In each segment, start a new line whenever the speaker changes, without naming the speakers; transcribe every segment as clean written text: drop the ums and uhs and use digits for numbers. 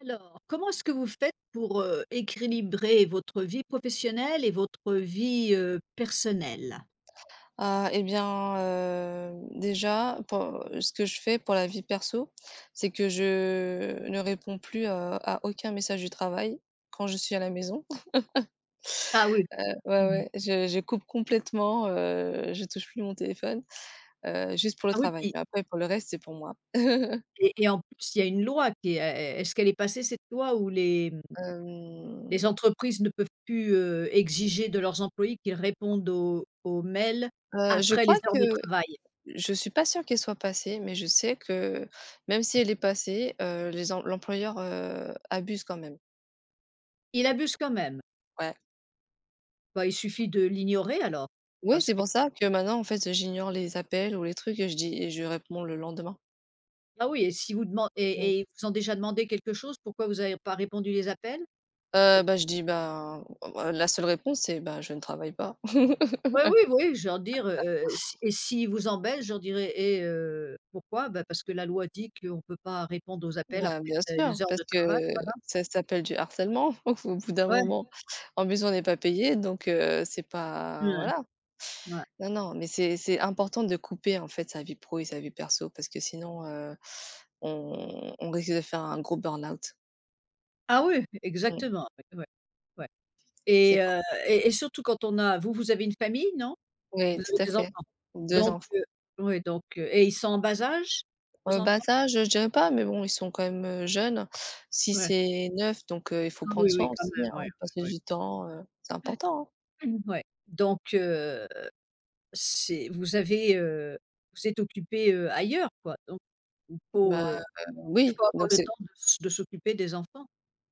Alors, comment est-ce que vous faites pour, équilibrer votre vie professionnelle et votre vie, personnelle?
Ah et bien, déjà, pour ce que je fais pour la vie perso, c'est que je ne réponds plus, à aucun message du travail quand je suis à la maison.
Ah oui,
Ouais,
mmh,
ouais, je coupe complètement, je touche plus mon téléphone, juste pour le
ah oui,
travail.
puis
Mais après pour le reste, c'est pour moi.
et en plus, il y a une loi qui est est-ce qu'elle est passée cette loi où les, les
Hem,
entreprises ne peuvent plus, exiger de leurs employés qu'ils répondent aux mails
je
après les
crois
heures
que
de travail?
je suis pas sûre qu'elle soit passée, mais je sais que même si elle est passée, les em l'employeur, abuse quand même.
Il abuse quand même.
Ouais.
Bah, il suffit de l'ignorer alors,
Oui,
parce
c'est
que,
pour ça que maintenant, en fait, j'ignore les appels ou les trucs et je dis et je réponds le lendemain.
ah oui, et si vous demandez et
Mmh.
et ils vous ont déjà demandé quelque chose, pourquoi vous n'avez pas répondu les appels?
Bah, je dis: «Bah, la seule réponse, c'est: bah je ne travaille pas.»
Ouais, oui, oui, je leur dire, si et s'ils vous embêtent, je leur dirai: «Et pourquoi?» Bah, parce que la loi dit qu'on ne peut pas répondre aux appels
Bah,
après
bien
telles
sûr,
les heures
parce
de
que
travail, voilà.
ça s'appelle du harcèlement au bout d'un
Ouais,
moment. En plus, on n'est pas payé donc c'est pas
ouais,
voilà.
ouais.
Non, non, mais c'est important de couper, en fait, sa vie pro et sa vie perso parce que sinon, on risque de faire un gros burn-out.
Ah oui,
Mmh,
exactement, ouais, ouais, ouais
c'est
et
pas
heu et surtout quand on vous avez une famille, non?
oui,
Vous avez
tout à
des
fait.
enfants?
2
Donc
enfants.
heu, oui, donc et ils sont en bas âge, vos
Bah,
enfants?
ça je dirais pas, mais bon, ils sont quand même, jeunes. Si
Ouais.
c'est 9 donc il faut
Ah
prendre
oui,
soin
oui, quand
aussi,
même,
hein,
ouais, ouais,
passer
ouais.
du temps, c'est important, hein.
Ouais, donc C'est vous êtes occupé, ailleurs quoi, donc il faut,
Bah,
heu, il
oui,
faut avoir
donc
le
c'est
temps de s'occuper des enfants.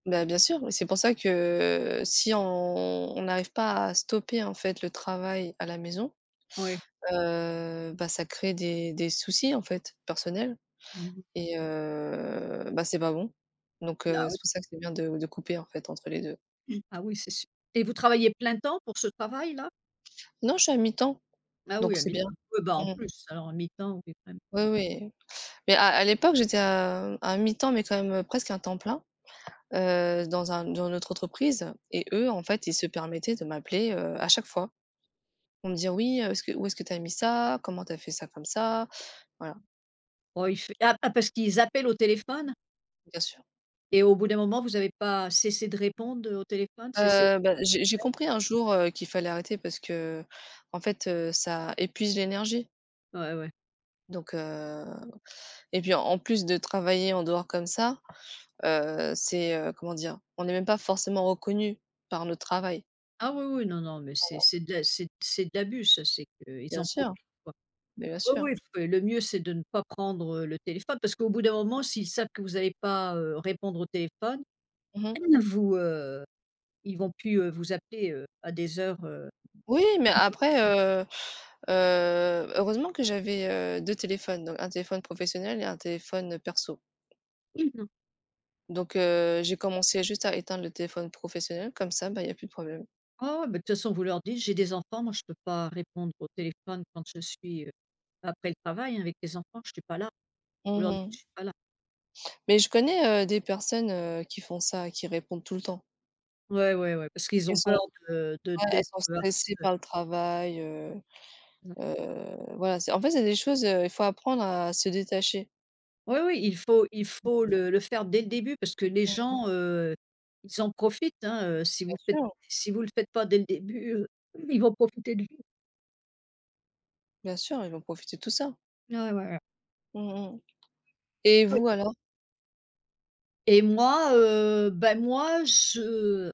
bah, bien sûr, mais c'est pour ça que si on n'arrive pas à stopper, en fait, le travail à la maison,
Ouais.
bah, ça crée des soucis, en fait, personnels
Mmh.
et bah, c'est pas bon. Donc
Ah oui,
c'est pour ça que c'est bien de couper, en fait, entre les deux.
ah oui, c'est sûr et vous travaillez plein temps pour ce travail-là?
Non, je suis à mi-temps,
Ah
donc
oui, à
c'est bien.
mi-temps. Ouais, bah, en
Mmh.
plus, alors à mi-temps, oui, vraiment.
Oui, oui. Mais à l'époque, j'étais à un mi-temps, mais quand même, presque un temps plein, dans notre entreprise et eux, en fait, ils se permettaient de m'appeler, à chaque fois pour me dire: «Oui, est-ce que où est-ce que tu as mis ça? Comment tu as fait ça comme ça?» Voilà,
Oh, il fait ah ah, parce qu'ils appellent au téléphone
bien sûr.
et au bout d'un moment, vous n'avez pas cessé de répondre, au téléphone? Cessé de
Bah, j'ai
répondre
j'ai compris un jour, qu'il fallait arrêter parce que, en fait, ça épuise l'énergie.
aux appels. Ouais, ouais.
Donc et puis en plus de travailler en dehors comme ça, c'est, comment dire? On n'est même pas forcément reconnu par notre travail.
Ah oui, oui, non, non, mais c'est de l'abus ça, c'est qu'ils
Bien
en
sûr,
profitent.
mais bien
Oui,
sûr.
oui, f le mieux, c'est de ne pas prendre, le téléphone parce qu'au bout d'un moment, s'ils savent que vous n'allez pas, répondre au téléphone,
Mmh.
vous, heu, ils vont plus, vous appeler, à des heures,
Oui, mais après, heureusement que j'avais, 2 téléphones, donc un téléphone professionnel et un téléphone perso. Donc j'ai commencé juste à éteindre le téléphone professionnel, comme ça, bah, il y a plus de problème.
«Oh, bah, de toute façon, vous leur dites: "J'ai des enfants, moi, je ne peux pas répondre au téléphone quand je suis, après le travail avec les enfants, je ne suis pas là"». Vous leur dites:
Mmh.
«Je ne suis pas là».
Mais je connais, des personnes, qui font ça, qui répondent tout le temps.
Ouais, ouais, ouais, parce
Parce
qu'ils
qu'elles
ont
sont
peur de
ouais, elles
d'être
sont
harce
stressées par le travail, heu, voilà, c'est en fait, c'est des choses, il faut apprendre à se détacher.
Oui, oui, il faut le faire dès le début parce que les
Mmh,
gens, ils en profitent, hein,
bien sûr,
si vous le faites pas dès le début, ils vont profiter de vous.
bien sûr, ils vont profiter de tout ça.
Ouais, voilà.
Mmh mh. Et
Oui
vous alors?
et moi, bah, moi je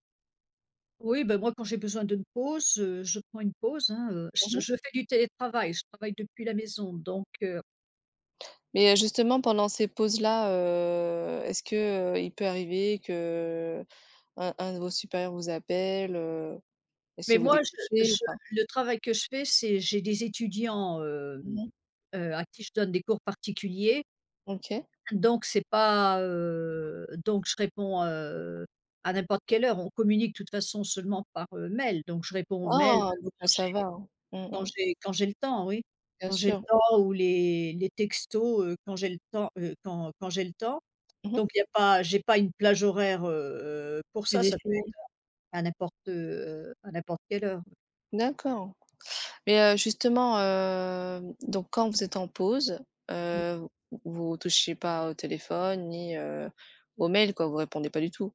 oui, ben moi quand j'ai besoin d'une pause, je prends une pause, hein, je
Mmh.
je fais du télétravail, je travaille depuis la maison donc.
Mais, justement pendant ces pauses-là, est-ce que, il peut arriver que un de vos supérieurs vous appelle? Est-ce que
Mais
vous
moi
décrochez ou
je
pas?
Le travail que je fais, c'est j'ai des étudiants,
Mmh.
à qui je donne des cours particuliers.
OK.
Donc c'est pas, donc je réponds, à n'importe quelle heure. On communique de toute façon seulement par, mail, donc je réponds aux mails
Ah! Donc,
quand j'ai
ça va, hein. Mmh
quand
mh.
j'ai quand j'ai le temps, oui.
Bien
Quand j'ai le
sûr.
temps ou les textos, quand j'ai le temps, quand j'ai le temps.
Mmh.
Donc il y a pas j'ai pas une plage horaire, pour
C'est
ça, ça peut
défini.
être à n'importe quelle heure.
D'accord. Mais, justement, donc quand vous êtes en pause,
Mmh.
vous touchez pas au téléphone ni, aux mails quoi? Vous répondez pas du tout?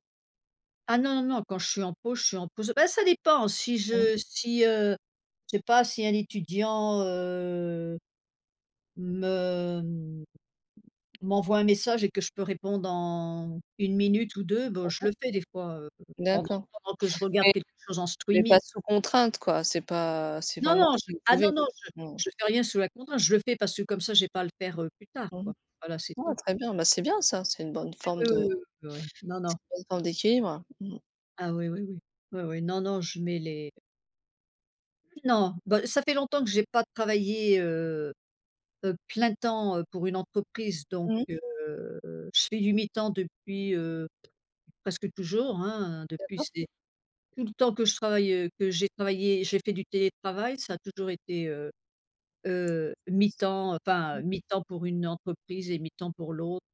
Ah non, non, non, quand je suis en pause, je suis en pause. Bah, ça dépend si
Mmh.
je si, heu, je sais pas, si un étudiant, Me mmh, m'envoie un message et que je peux répondre en une minute ou 2, bon, je le fais des fois, pendant
D'accord.
pendant que je regarde quelque chose en
Mais pas
streaming.
sous contrainte quoi, c'est
Non,
vraiment
non, je
si vous
ah
pouvez
non, non, je
quoi. Mmh.
je fais rien sous la contrainte, je le fais parce que comme ça j'ai pas à le faire, plus tard,
Mmh.
quoi. Voilà, c'est
Ouais,
tout.
très bien, bah, c'est bien ça, c'est une
Oui, oui, oui, oui, oui, oui. Non, non.
bonne forme d'équilibre. Mmh.
Ah oui, oui, oui. Oui, oui, non, non, je mets les non, bah, ça fait longtemps que j'ai pas travaillé, plein temps, pour une entreprise donc
Mmh.
heu, Je fais du mi-temps depuis, presque toujours, hein, depuis
D'accord.
c'est tout le temps que je travaille, que j'ai travaillé j'ai fait du télétravail, ça a toujours été, mi-temps,
Mmh.
enfin mi-temps pour une entreprise et mi-temps pour l'autre.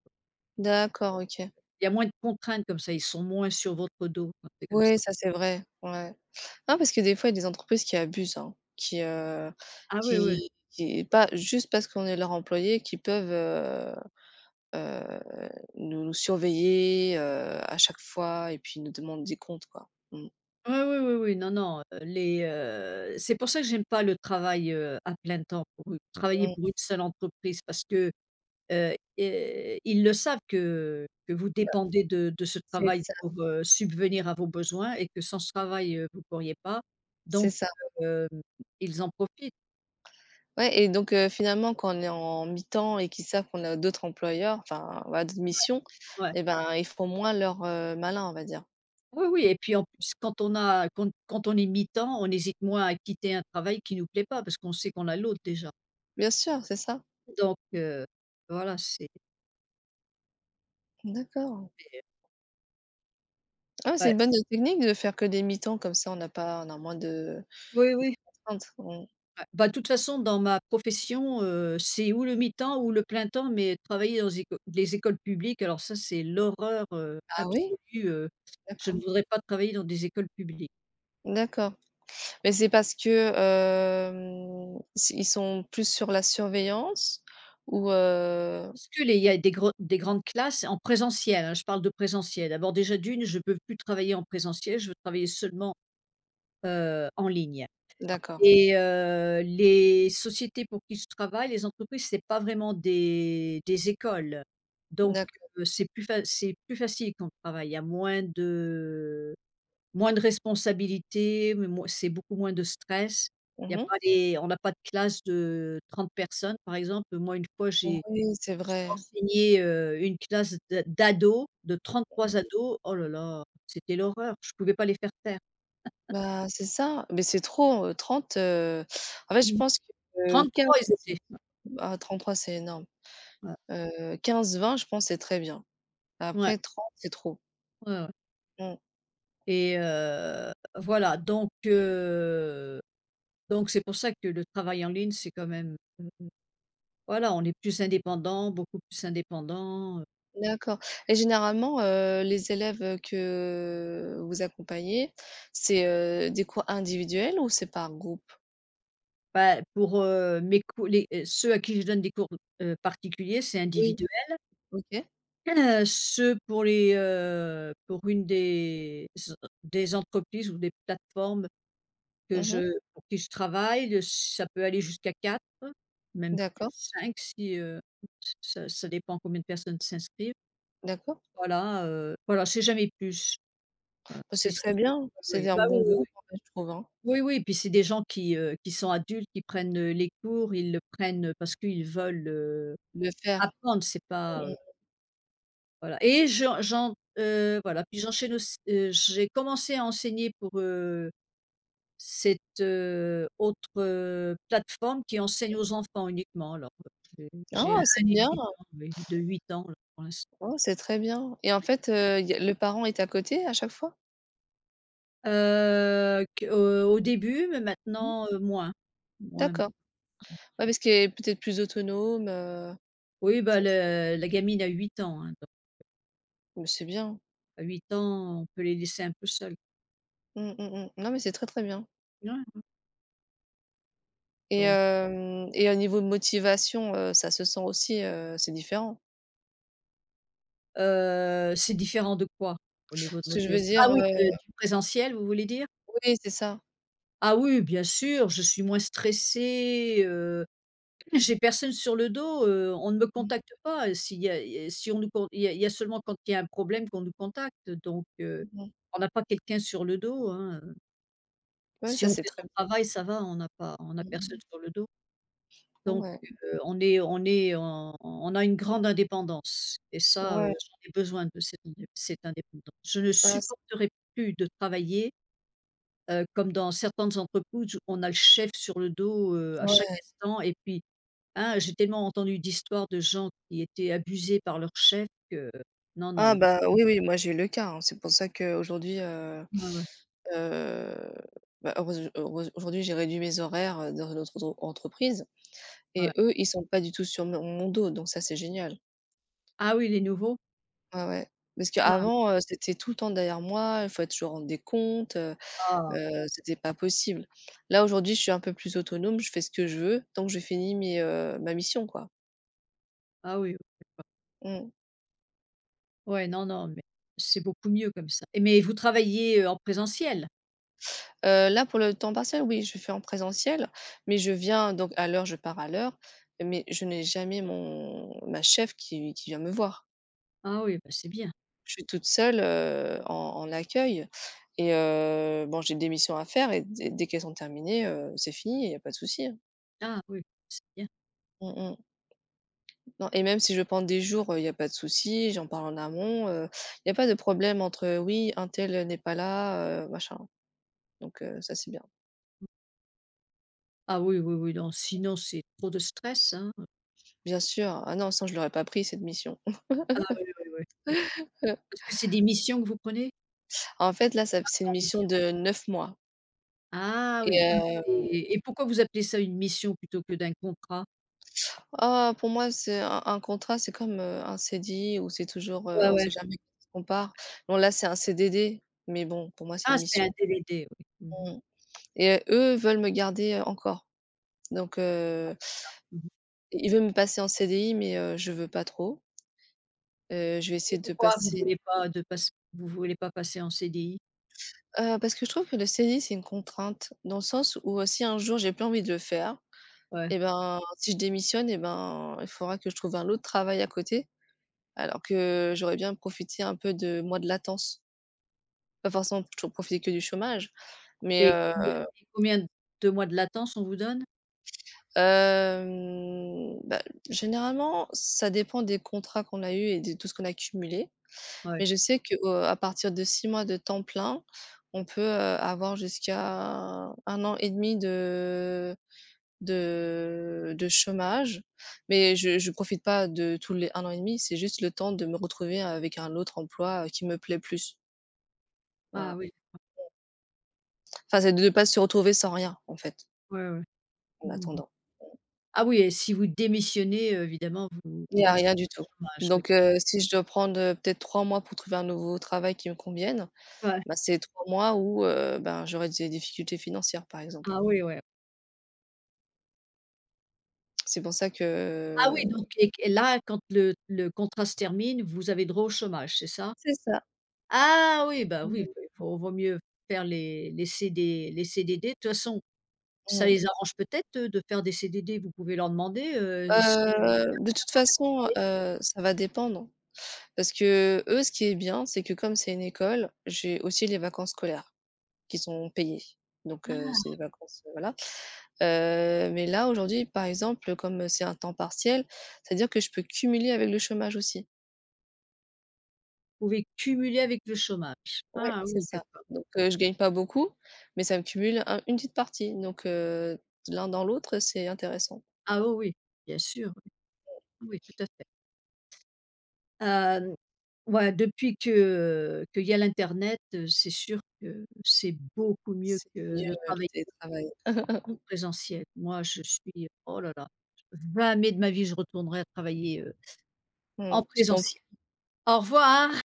D'accord, OK.
Il y a moins de contraintes comme ça, ils sont moins sur votre dos quand c'est comme
Oui,
ça.
ça c'est vrai, ouais. Non, parce que des fois, il y a des entreprises qui abusent, hein, qui,
Ah oui, oui.
pas juste parce qu'on est leur employé, qui peuvent, heu, nous nous surveiller, à chaque fois et puis nous demander des comptes quoi. Mmh.
Oui, oui, oui, oui, non, non, c'est pour ça que j'aime pas le travail, à plein temps pour travailler
Mmh.
pour une seule entreprise parce que Et ils le savent que vous
Bah,
dépendez de ce
c'est
travail
ça,
pour, subvenir à vos besoins et que sans ce travail, vous ne pourriez pas.
c'est
Donc
ça.
hem, ils en profitent.
Ouais et donc finalement, quand on est en mi-temps et qu'ils savent qu'on a d'autres employeurs, enfin, voilà, d'autres missions
Ouais.
et ben, ils font moins leur, malin, on va dire.
Oui, oui et puis en plus quand on a quand quand on est mi-temps, on hésite moins à quitter un travail qui ne nous plaît pas parce qu'on sait qu'on a l'autre déjà.
Bien sûr, c'est ça.
Donc, voilà, c'est
D'accord. Ah ouais, c'est
ouais.
une bonne technique de faire que des mi-temps, comme ça on n'a pas on a moins de
Oui, oui.
contraintes. Mmh.
Bah, de toute façon, dans ma profession, c'est ou le mi-temps ou le plein temps, mais travailler dans les écoles publiques, alors ça, c'est l'horreur,
Ah oui?
absolue, je
D'accord.
ne voudrais pas travailler dans des écoles publiques.
D'accord. Mais c'est parce que, hem, s ils sont plus sur la surveillance ou
Parce que les il y a des grandes classes en présentiel, hein, je parle de présentiel. D'abord, déjà d'une, je ne peux plus travailler en présentiel, je veux travailler seulement, en ligne.
d'accord,
Et les sociétés pour qui je travaille, les entreprises, c'est pas vraiment des écoles. Donc
d'accord.
heu, c'est plus facile quand on travaille. Il y a moins de responsabilités, mais moins c'est beaucoup moins de stress. Il y a
Mmh.
pas les on n'a pas de classe de 30 personnes, par exemple. Moi, une fois, j'ai
Oui, c'est
j'ai
vrai.
enseigné, une classe d'ados, de trois ados. Oh là là, c'était l'horreur, je pouvais pas les faire taire.
Bah, c'est ça, mais c'est trop, 30, en fait, je pense que,
Trente
15
trois ils étaient.
ah 33, c'est énorme.
Ouais.
15-20, je pense, c'est très bien.
Ouais,
Après 30, c'est trop.
ouais, ouais.
Mmh,
Et voilà donc c'est pour ça que le travail en ligne, c'est quand même, heu, voilà, on est plus indépendant, beaucoup plus indépendant,
d'accord. Et généralement, les élèves que vous accompagnez, c'est, des cours individuels ou c'est par groupe?
bah, pour, mes co les ceux à qui je donne des cours, particuliers, c'est
Oui,
individuel.
OK.
Ceux pour pour une des entreprises ou des plateformes que
Mmh.
je pour qui je travaille, ça peut aller jusqu'à 4, même plus,
D'accord,
5 si, ça dépend combien de personnes s'inscrivent.
d'accord.
Voilà, voilà, c'est jamais plus. Voilà,
Bah, c'est
c'est
très bien,
oui.
c'est un
Bah, oui,
bon
oui, oui.
groupe, en fait, je trouve, hein,
Oui, oui, puis c'est des gens qui sont adultes, qui prennent, les cours, ils le prennent, parce qu'ils veulent,
de le faire.
apprendre, c'est pas,
Mmh.
voilà et j'en j'en voilà, puis j'ai commencé à enseigner pour, cette, autre, plateforme qui enseigne aux enfants uniquement alors, j'ai
Oh, c'est
un
bien!
étudiant, oui, de 8 ans là pour l'instant.
Oh, c'est très bien. Et en fait, y a le parent est à côté à chaque fois?
Q au début, mais
Mmh.
maintenant, moins. Moins maint
D'accord. Ouais, parce qu'il est peut-être plus autonome,
Oui, bah,
ça c
le la gamine a 8 ans, hein, donc
mais c'est bien.
à 8 ans, on peut les laisser un peu seuls.
Mmh, mmh, mmh. Non, mais c'est très, très bien.
Ouais,
et
bon,
hem et au niveau de motivation, ça se sent aussi, c'est différent.
c'est différent de quoi? Au niveau de
Ce que je veux
motivation?
dire,
Ah oui, de du présentiel, vous voulez dire?
oui, c'est ça.
Ah oui, bien sûr, je suis moins stressée, j'ai personne sur le dos, on ne me
Mmh,
contacte pas, s'il y a il y a si on nous con il y a seulement quand il y a un problème qu'on nous contacte, donc.
mmh mmh.
On n'a pas quelqu'un sur le dos, hein,
Ouais,
si
ça
on
c'est
fait
très
son travail, ça va, on n'a
mmh
personne
mh.
sur le dos. Donc
Ouais,
heu, on est en on a une grande indépendance et ça,
ouais.
j'en ai besoin de cette indépendance. Je ne
Ah, c
supporterai plus de travailler, comme dans certaines entreprises où on a le chef sur le dos, à chaque
ouais.
instant et puis, hein, j'ai tellement entendu d'histoires de gens qui étaient abusés par leur chef que non,
Ah
non.
bah, oui, oui, moi j'ai eu le cas, hein. C'est pour ça qu'aujourd'hui,
Ouais, ouais,
heu, bah, heureuse heureuse aujourd'hui j'ai réduit mes horaires, dans notre autre entreprise et
ouais.
eux, ils sont pas du tout sur mon dos, donc ça, c'est génial.
Ah oui, les nouveaux?
Ouais, ouais. Parce
Ah,
qu'avant, c'était tout le temps derrière moi, il fallait toujours rendre des comptes,
ah,
c'était pas possible. Là, aujourd'hui, je suis un peu plus autonome, je fais ce que je veux tant que je finis ma mission, quoi.
ah oui.
Mmh.
Ouais, non, non, mais c'est beaucoup mieux comme ça. Mais vous travaillez, en présentiel?
Là, pour le temps partiel, oui, je fais en présentiel, mais je viens donc à l'heure, je pars à l'heure, mais je n'ai jamais mon ma chef qui vient me voir.
Ah oui, bah, c'est bien.
Je suis toute seule, en accueil et bon, j'ai des missions à faire et dès qu'elles sont terminées, c'est fini, il y a pas de souci, hein.
Ah oui, c'est bien.
Mmh mh. Non et même si je prends des jours, il y a pas de souci, j'en parle en amont, il y a pas de problème entre: «Oui, untel, n'est pas là», machin, donc ça, c'est bien.
Ah oui, oui, oui, non, sinon c'est trop de stress, hein.
Bien sûr, ah non, sinon je l'aurais pas pris cette mission.
Ah oui, oui, oui, oui. Parce que c'est des missions que vous prenez?
En fait, là, ça
Ah, je
c'est une
en
mission
mission.
de 9 mois.
Ah
et
oui, donc
heu,
c'est et pourquoi vous appelez ça une mission plutôt que d'un contrat?
ah, pour moi, c'est un contrat, c'est comme, un CDI où c'est toujours,
Ouais,
on
ouais.
sait jamais quand on part. Bon, là, c'est un CDD, mais bon, pour moi, c'est
Ah,
une
c'est un
mission.
DDD, oui. Mmh.
Mmh. Et eux veulent me garder, encore. Donc
Ouais, ça. Mmh.
ils veulent me passer en CDI, mais je veux pas trop. Je vais
Et
essayer de
pourquoi
passer
vous voulez pas passer en CDI?
parce que je trouve que le CDI, c'est une contrainte dans le sens où, si un jour j'ai plus envie de le faire
Ouais.
et ben, si je démissionne et ben, il faudra que je trouve un autre travail à côté. Alors que j'aurais bien profité un peu de mois de latence. Pas forcément toujours profiter que du chômage, mais,
Et combien et combien de mois de latence on vous donne?
bah, généralement, ça dépend des contrats qu'on a eus et de tout ce qu'on a cumulé.
Ouais.
Mais je sais que, à partir de 6 mois de temps plein, on peut, avoir jusqu'à un an et demi de chômage. Mais je profite pas de tous les un an et demi, c'est juste le temps de me retrouver avec un autre emploi, qui me plaît plus.
Ah
Voilà.
oui.
Enfin, c'est de ne pas se retrouver sans rien, en fait,
Ouais, ouais.
en
Mmh.
attendant.
Ah oui et si vous démissionnez, évidemment vous
Il
vous
y a
touchez
rien du
pas le
tout.
chômage, oui.
Donc si je dois prendre, peut-être 3 mois pour trouver un nouveau travail qui me convienne,
Ouais.
bah, c'est 3 mois où, ben, j'aurai des difficultés financières, par exemple.
Ah oui, ouais.
C'est pour ça
Ah
que
oui donc et là quand le contrat se termine, vous avez droit au chômage, c'est ça?
c'est ça.
Ah oui, bah oui,
Mmh
il faut vaut mieux faire les CDD. De toute façon, ça
mh.
les arrange peut-être, eux, de faire des CDD, vous pouvez leur demander, s
De toute façon, ça va dépendre parce qu'eux, ce qui est bien, c'est que comme c'est une école, j'ai aussi les vacances scolaires qui sont payées. Donc
ah!
c'est des vacances, voilà. Mais là, aujourd'hui, par exemple, comme c'est un temps partiel, c'est-à-dire que je peux cumuler avec le chômage aussi.
Vous pouvez cumuler avec le chômage.
Ouais,
Ah
c'est
oui,
ça.
d'accord.
Donc je gagne pas beaucoup, mais ça me cumule un une petite partie. Donc l'un dans l'autre, c'est intéressant.
Ah oui, oui, bien sûr. Ah oui, tout à fait. Hem, ouais, depuis que qu'il y a l'internet, c'est sûr que c'est beaucoup mieux
C'est mieux,
que de
le
travailler
télétravail.
en présentiel. Moi, je suis oh là là, jamais de ma vie je retournerai à travailler, en
Mmh. Parce qu'en
présentiel. Au revoir! Hein.